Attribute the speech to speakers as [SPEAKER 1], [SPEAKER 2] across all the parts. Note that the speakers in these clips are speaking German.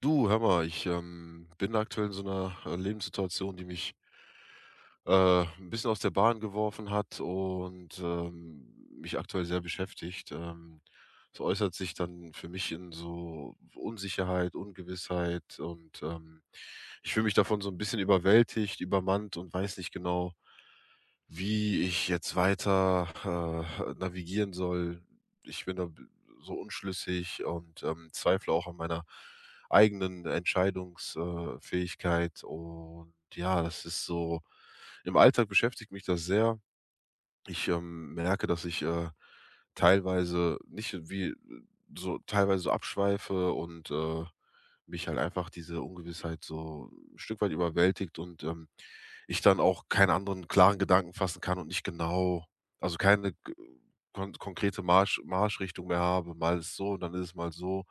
[SPEAKER 1] Du, hör mal, ich bin aktuell in so einer Lebenssituation, die mich ein bisschen aus der Bahn geworfen hat und mich aktuell sehr beschäftigt. Es äußert sich dann für mich in so Unsicherheit, Ungewissheit und ich fühle mich davon so ein bisschen überwältigt, übermannt und weiß nicht genau, wie ich jetzt weiter, navigieren soll. Ich bin da b so unschlüssig und zweifle auch an meiner eigenen Entscheidungsfähigkeit, und ja, das ist so im Alltag, beschäftigt mich das sehr. Ich merke, dass ich teilweise nicht wie so teilweise so abschweife und mich halt einfach diese Ungewissheit so ein Stück weit überwältigt und ich dann auch keinen anderen klaren Gedanken fassen kann und nicht genau, also, keine g konkrete Marschrichtung mehr habe. Mal ist so und dann ist es mal so.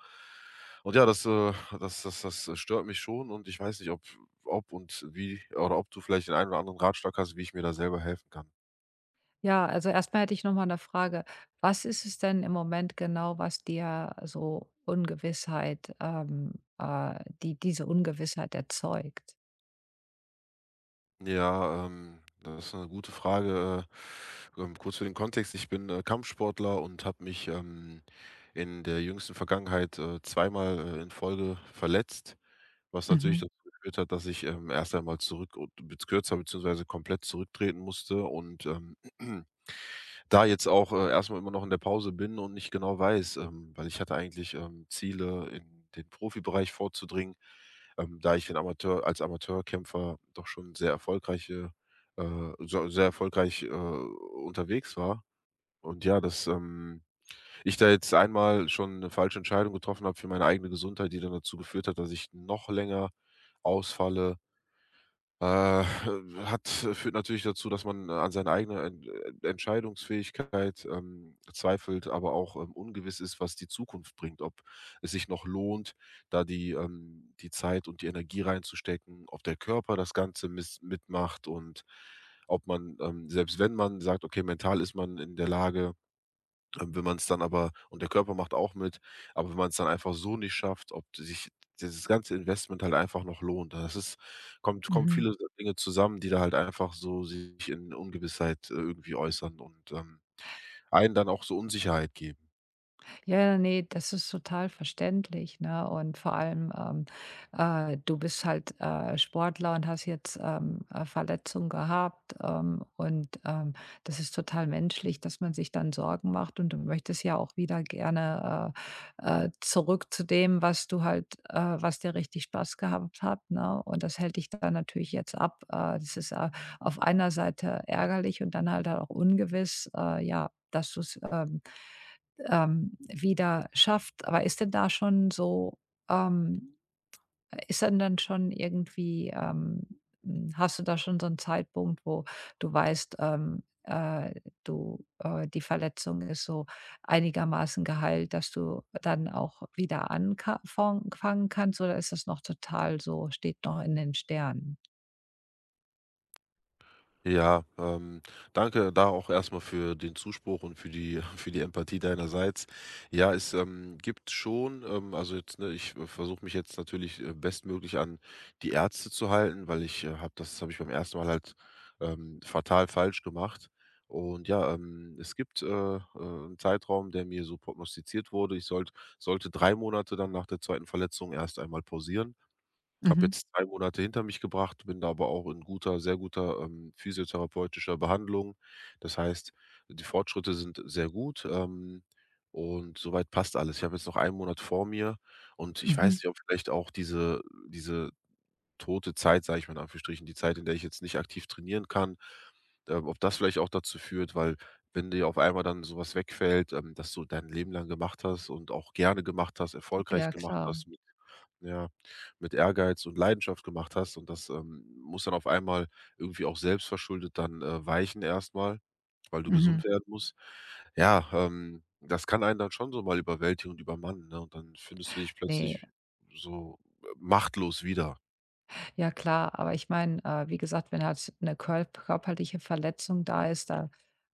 [SPEAKER 1] Und ja, das stört mich schon und ich weiß nicht, ob ob und wie oder ob du vielleicht den einen oder anderen Ratschlag hast, wie ich mir da selber helfen kann.
[SPEAKER 2] Ja, also erstmal hätte ich noch mal 'ne Frage. Was ist es denn im Moment genau, was dir so Ungewissheit, diese Ungewissheit erzeugt?
[SPEAKER 1] Ja, das ist eine gute Frage. Kurz für den Kontext: ich bin, Kampfsportler, und habe mich in der jüngsten Vergangenheit, zweimal, in Folge verletzt, was natürlich
[SPEAKER 2] Mhm,
[SPEAKER 1] dazu geführt hat, dass ich erst einmal zurück und bez kürzer beziehungsweise komplett zurücktreten musste. Da jetzt auch, erst immer noch in der Pause bin und nicht genau weiß, ähm, weil ich hatte eigentlich Ziele, in den Profibereich vorzudringen, da ich den Amateurkämpfer doch schon sehr erfolgreiche so sehr erfolgreich, unterwegs war. Und ja, dass ich da jetzt einmal schon eine falsche Entscheidung getroffen habe für meine eigene Gesundheit, die dann dazu geführt hat, dass ich noch länger ausfalle, äh, hat führt natürlich dazu, dass man an seiner eigenen Entscheidungsfähigkeit, zweifelt, aber auch, ungewiss ist, was die Zukunft bringt, ob es sich noch lohnt, da die Zeit und die Energie reinzustecken, ob der Körper das Ganze miss mitmacht und ob man, selbst wenn man sagt: „Okay, mental ist man in der Lage, wenn man es dann aber und der Körper macht auch mit, aber wenn man es dann einfach so nicht schafft, ob sich dieses ganze Investment halt einfach noch lohnt." Das ist, kommt kommen
[SPEAKER 2] mhm.
[SPEAKER 1] viele so Dinge zusammen, die da halt einfach so sich in Ungewissheit, irgendwie äußern und einen dann auch so Unsicherheit geben.
[SPEAKER 2] Ja, nee, das ist total verständlich, ne? Und vor allem, du bist halt, Sportler und hast jetzt, Verletzungen gehabt, und, das ist total menschlich, dass man sich dann Sorgen macht und du möchtest ja auch wieder gerne, zurück zu dem, was du halt was dir richtig Spaß gehabt hat, ne? Und das hält dich dann natürlich jetzt ab. Das ist, auf einer Seite ärgerlich und dann halt auch ungewiss, ja, dass du's, wieder schafft. Aber ist denn da schon so ähm, ist denn dann schon irgendwie hm, hast du da schon so einen Zeitpunkt, wo du weißt, du die Verletzung ist so einigermaßen geheilt, dass du dann auch wieder anfangen kannst, oder ist das noch total so steht noch in den Sternen?
[SPEAKER 1] Ja, danke da auch erstmal für den Zuspruch und für die für die Empathie deinerseits. Ja, es gibt schon, also jetzt, ne, ich versuche mich jetzt natürlich, bestmöglich an die Ärzte zu halten, weil ich habe ich beim ersten Mal halt, fatal falsch gemacht. Und ja, es gibt, 'n Zeitraum, der mir so prognostiziert wurde. Ich sollte 3 Monate dann nach der zweiten Verletzung erst einmal pausieren. Habe
[SPEAKER 2] Mhm,
[SPEAKER 1] jetzt drei Monate hinter mich gebracht, bin da aber auch in guter sehr guter, physiotherapeutischer Behandlung. Das heißt, die Fortschritte sind sehr gut, und soweit passt alles. Ich habe jetzt noch einen Monat vor mir, und ich weiß
[SPEAKER 2] mhm.
[SPEAKER 1] nicht, ob vielleicht auch diese tote Zeit, sage ich mal in Anführungsstrichen, die Zeit, in der ich jetzt nicht aktiv trainieren kann, ob das vielleicht auch dazu führt, weil wenn dir auf einmal dann sowas wegfällt, das du dein Leben lang gemacht hast und auch gerne gemacht hast, erfolgreich
[SPEAKER 2] Ja,
[SPEAKER 1] gemacht
[SPEAKER 2] klar.
[SPEAKER 1] hast, mit, ja, mit Ehrgeiz und Leidenschaft gemacht hast, und das, muss dann auf einmal irgendwie auch selbstverschuldet dann weichen erstmal, weil du
[SPEAKER 2] Mhm.
[SPEAKER 1] gesund werden musst. Ja, das kann einen dann schon so mal überwältigen und übermannen, ne? Und dann findest du dich
[SPEAKER 2] Ne.
[SPEAKER 1] plötzlich so machtlos wieder.
[SPEAKER 2] Ja klar, aber ich meine, wie gesagt, wenn halt eine körl körperliche Verletzung da ist, da,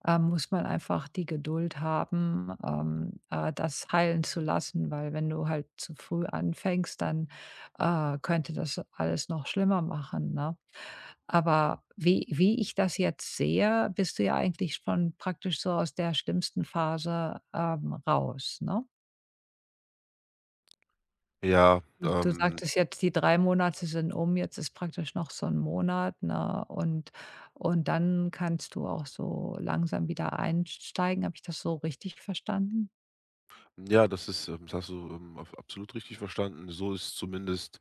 [SPEAKER 2] muss man einfach die Geduld haben, das heilen zu lassen, weil wenn du halt zu früh anfängst, dann, könnte das alles noch schlimmer machen, ne? Aber wie ich das jetzt sehe, bist du ja eigentlich schon praktisch so aus der schlimmsten Phase, raus, ne?
[SPEAKER 1] Ja,
[SPEAKER 2] Du sagtest jetzt, die 3 Monate sind um, jetzt ist praktisch noch so 1 Monat, ne? Und dann kannst du auch so langsam wieder einsteigen. Habe ich das so richtig verstanden?
[SPEAKER 1] ja, das das hast du ab absolut richtig verstanden. So ist zumindest,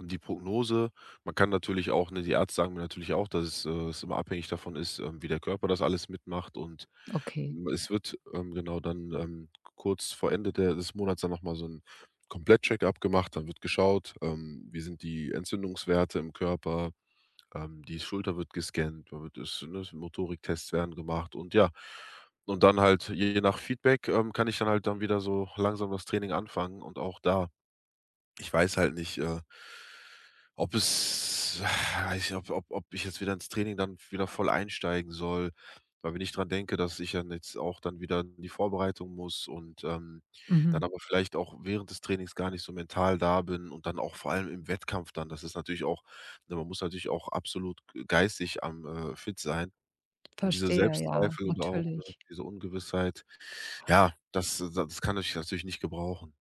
[SPEAKER 1] die Prognose. Man kann natürlich auch, ne, die Ärzte sagen mir natürlich auch, dass es immer abhängig davon ist, wie der Körper das alles mitmacht, und,
[SPEAKER 2] Okay.
[SPEAKER 1] hm, es wird, genau dann, kurz vor Ende der des Monats dann nochmal so ein Komplett-Check-up gemacht. Dann wird geschaut, wie sind die Entzündungswerte im Körper? Die Schulter wird gescannt, da wird es, ne, Motoriktests werden gemacht und ja. Und dann halt je nach Feedback, kann ich dann halt dann wieder so langsam das Training anfangen, und auch da, ich weiß halt nicht, ob es weiß ich ob ich jetzt wieder ins Training dann wieder voll einsteigen soll, weil wenn ich dran denke, dass ich dann jetzt auch dann wieder in die Vorbereitung muss, und, dann
[SPEAKER 2] Mhm.
[SPEAKER 1] aber vielleicht auch während des Trainings gar nicht so mental da bin und dann auch vor allem im Wettkampf dann. Das ist natürlich auch, ne, man muss natürlich auch absolut geistig am, fit sein. Und diese
[SPEAKER 2] Verstehe, ja,
[SPEAKER 1] Selbstzweifel oder auch, ne,
[SPEAKER 2] natürlich.
[SPEAKER 1] diese Ungewissheit, ja, das kann ich natürlich nicht gebrauchen.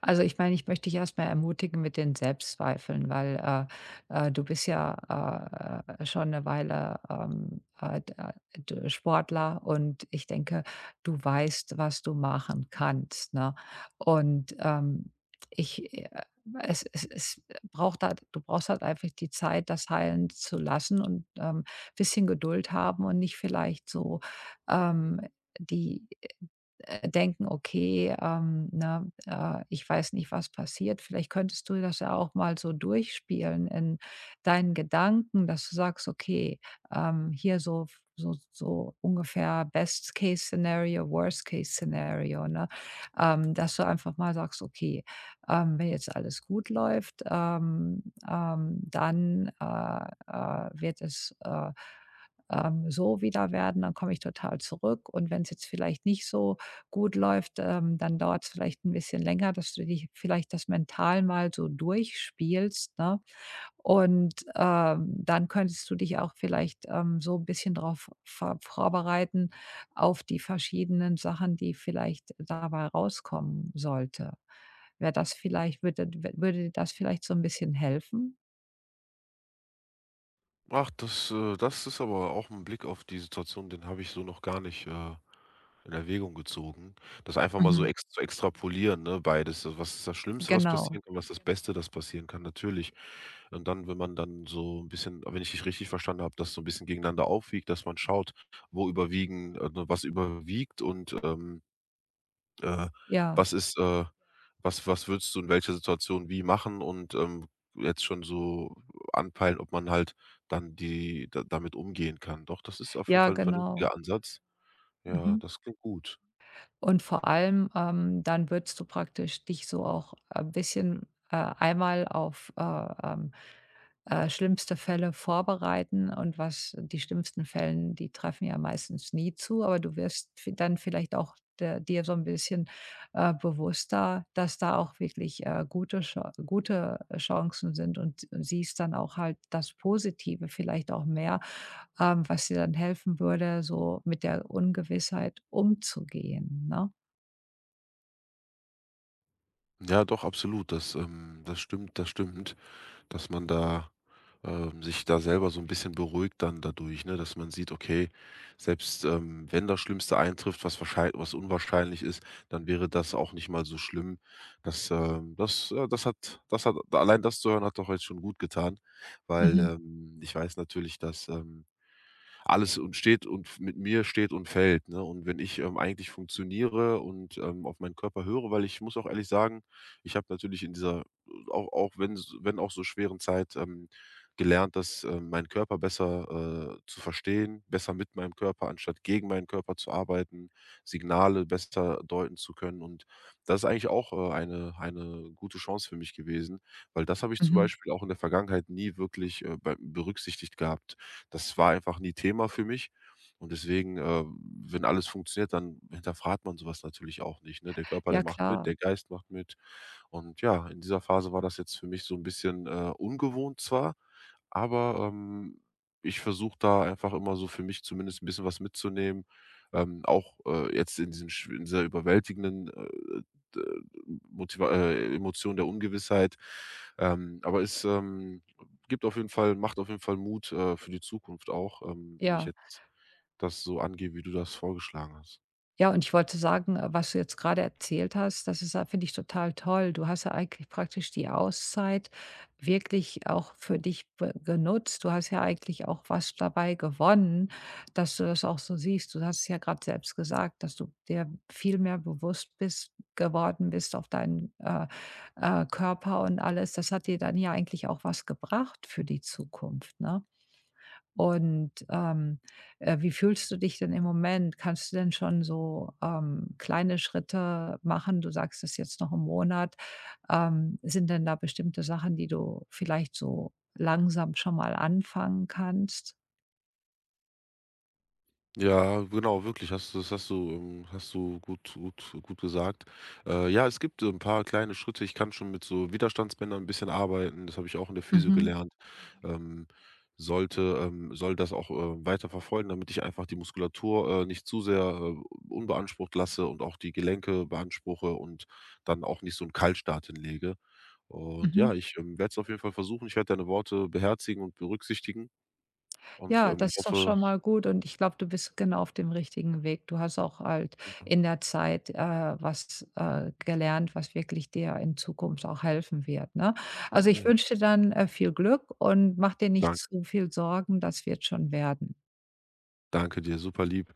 [SPEAKER 2] Also ich meine, ich möchte dich erst mal ermutigen mit den Selbstzweifeln, weil, du bist ja, schon eine Weile, d d Sportler und ich denke, du weißt, was du machen kannst, ne? Und, ich, es es es braucht halt du brauchst halt einfach die Zeit, das heilen zu lassen und, ein bisschen Geduld haben und nicht vielleicht so, ähm, die denken, okay, ne, ich weiß nicht, was passiert. Vielleicht könntest du das ja auch mal so durchspielen in deinen Gedanken, dass du sagst, okay, hier so, so, so ungefähr Best Case Szenario, Worst Case Szenario, ne? Ähm, dass du einfach mal sagst, okay, wenn jetzt alles gut läuft, dann wird es so wieder werden, dann komme ich total zurück. Und wenn es jetzt vielleicht nicht so gut läuft, dann dauert es vielleicht ein bisschen länger, dass du dich vielleicht das mental mal so durchspielst, ne? Und, dann könntest du dich auch vielleicht, so ein bisschen darauf vorbereiten auf die verschiedenen Sachen, die vielleicht dabei rauskommen sollte. Wäre das vielleicht würde dir das vielleicht so ein bisschen helfen?
[SPEAKER 1] Ach, das das ist aber auch ein Blick auf die Situation, den habe ich so noch gar nicht, in Erwägung gezogen. Das einfach mal so
[SPEAKER 2] Mhm.
[SPEAKER 1] ex zu extrapolieren, ne, beides. So, was ist das Schlimmste, was
[SPEAKER 2] Genau.
[SPEAKER 1] passieren kann? Was ist das Beste, das passieren kann? Natürlich. Und dann, wenn man dann so ein bisschen, wenn ich dich richtig verstanden habe, das so ein bisschen gegeneinander aufwiegt, dass man schaut, wo überwiegen, ne, was überwiegt und, äh,
[SPEAKER 2] Ja.
[SPEAKER 1] was ist, was, was würdest du in welcher Situation wie machen, und, jetzt schon so anpeilen, ob man halt dann die da damit umgehen kann. Doch, das ist auf jeden
[SPEAKER 2] Ja,
[SPEAKER 1] Fall ein
[SPEAKER 2] genau.
[SPEAKER 1] vernünftiger Ansatz. Ja,
[SPEAKER 2] Mhm.
[SPEAKER 1] das klingt gut.
[SPEAKER 2] Und vor allem, dann würdest du praktisch dich so auch ein bisschen, einmal auf, ähm, schlimmste Fälle vorbereiten und was die schlimmsten Fällen, die treffen ja meistens nie zu, aber du wirst dann vielleicht auch dir so ein bisschen bewusster, dass da auch wirklich gute, gute Chancen sind und siehst dann auch halt das Positive vielleicht auch mehr, was dir dann helfen würde, so mit der Ungewissheit umzugehen. Ne?
[SPEAKER 1] Ja, doch, absolut. Das das stimmt, das stimmt. Dass man da, sich da selber so ein bisschen beruhigt dann dadurch, ne, dass man sieht, okay, selbst, wenn das Schlimmste eintrifft, was wahrschei was unwahrscheinlich ist, dann wäre das auch nicht mal so schlimm. Das hat allein das zu hören, hat doch jetzt schon gut getan, weil,
[SPEAKER 2] Mhm,
[SPEAKER 1] ich weiß natürlich, dass alles steht und mit mir steht und fällt, ne? Und wenn ich, eigentlich funktioniere und, auf meinen Körper höre, weil ich muss auch ehrlich sagen, ich habe natürlich in dieser, auch wenn s wenn auch so schweren Zeit, gelernt, dass, meinen Körper besser, zu verstehen, besser mit meinem Körper anstatt gegen meinen Körper zu arbeiten, Signale besser deuten zu können. Und das ist eigentlich auch, eine gute Chance für mich gewesen, weil das habe ich zum
[SPEAKER 2] mhm.
[SPEAKER 1] Beispiel auch in der Vergangenheit nie wirklich, bei berücksichtigt gehabt. Das war einfach nie Thema für mich. Und deswegen, wenn alles funktioniert, dann hinterfragt man sowas natürlich auch nicht, ne? Der Körper, der
[SPEAKER 2] Ja
[SPEAKER 1] macht mit,
[SPEAKER 2] klar,
[SPEAKER 1] der Geist macht mit. Und ja, in dieser Phase war das jetzt für mich so ein bisschen, ungewohnt zwar, aber, ich versuche da einfach immer so für mich zumindest ein bisschen was mitzunehmen. Auch, jetzt in diesen schw in dieser überwältigenden, d Motiva Emotion der Ungewissheit. Aber es, gibt auf jeden Fall macht auf jeden Fall Mut, für die Zukunft auch, wenn ich
[SPEAKER 2] ja.
[SPEAKER 1] jetzt das so angehe, wie du das vorgeschlagen hast.
[SPEAKER 2] Ja, und ich wollte sagen, was du jetzt gerade erzählt hast, das ist ja finde ich total toll. Du hast ja eigentlich praktisch die Auszeit wirklich auch für dich be genutzt. Du hast ja eigentlich auch was dabei gewonnen, dass du das auch so siehst. Du hast es ja gerade selbst gesagt, dass du dir viel mehr bewusst bist geworden bist auf deinen, Körper und alles. Das hat dir dann ja eigentlich auch was gebracht für die Zukunft, ne? Und, wie fühlst du dich denn im Moment? Kannst du denn schon so, kleine Schritte machen? Du sagst, es jetzt noch im Monat. Sind denn da bestimmte Sachen, die du vielleicht so langsam schon mal anfangen kannst?
[SPEAKER 1] Ja, genau, wirklich, hast du gut gesagt. Ja, es gibt so ein paar kleine Schritte. Ich kann schon mit so Widerstandsbändern ein bisschen arbeiten, das habe ich auch in der Physio
[SPEAKER 2] Mhm,
[SPEAKER 1] gelernt. Ähm, sollte soll das auch, weiter verfolgen, damit ich einfach die Muskulatur, nicht zu sehr, unbeansprucht lasse und auch die Gelenke beanspruche und dann auch nicht so 'n Kaltstart hinlege. Und
[SPEAKER 2] mhm.
[SPEAKER 1] ja, ich werde es auf jeden Fall versuchen. Ich werde deine Worte beherzigen und berücksichtigen und,
[SPEAKER 2] Ja, das ist doch
[SPEAKER 1] hoffe,
[SPEAKER 2] schon mal gut und ich glaube, du bist genau auf dem richtigen Weg. Du hast auch halt
[SPEAKER 1] ja.
[SPEAKER 2] in der Zeit, was, gelernt, was wirklich dir in Zukunft auch helfen wird, ne? Also, ich wünsche dir dann, viel Glück und mach dir nicht
[SPEAKER 1] Danke.
[SPEAKER 2] zu viel Sorgen, das wird schon werden.
[SPEAKER 1] Danke dir, super lieb.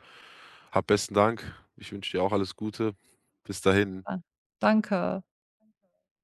[SPEAKER 1] Hab besten Dank. Ich wünsche dir auch alles Gute. Bis dahin.
[SPEAKER 2] Da danke.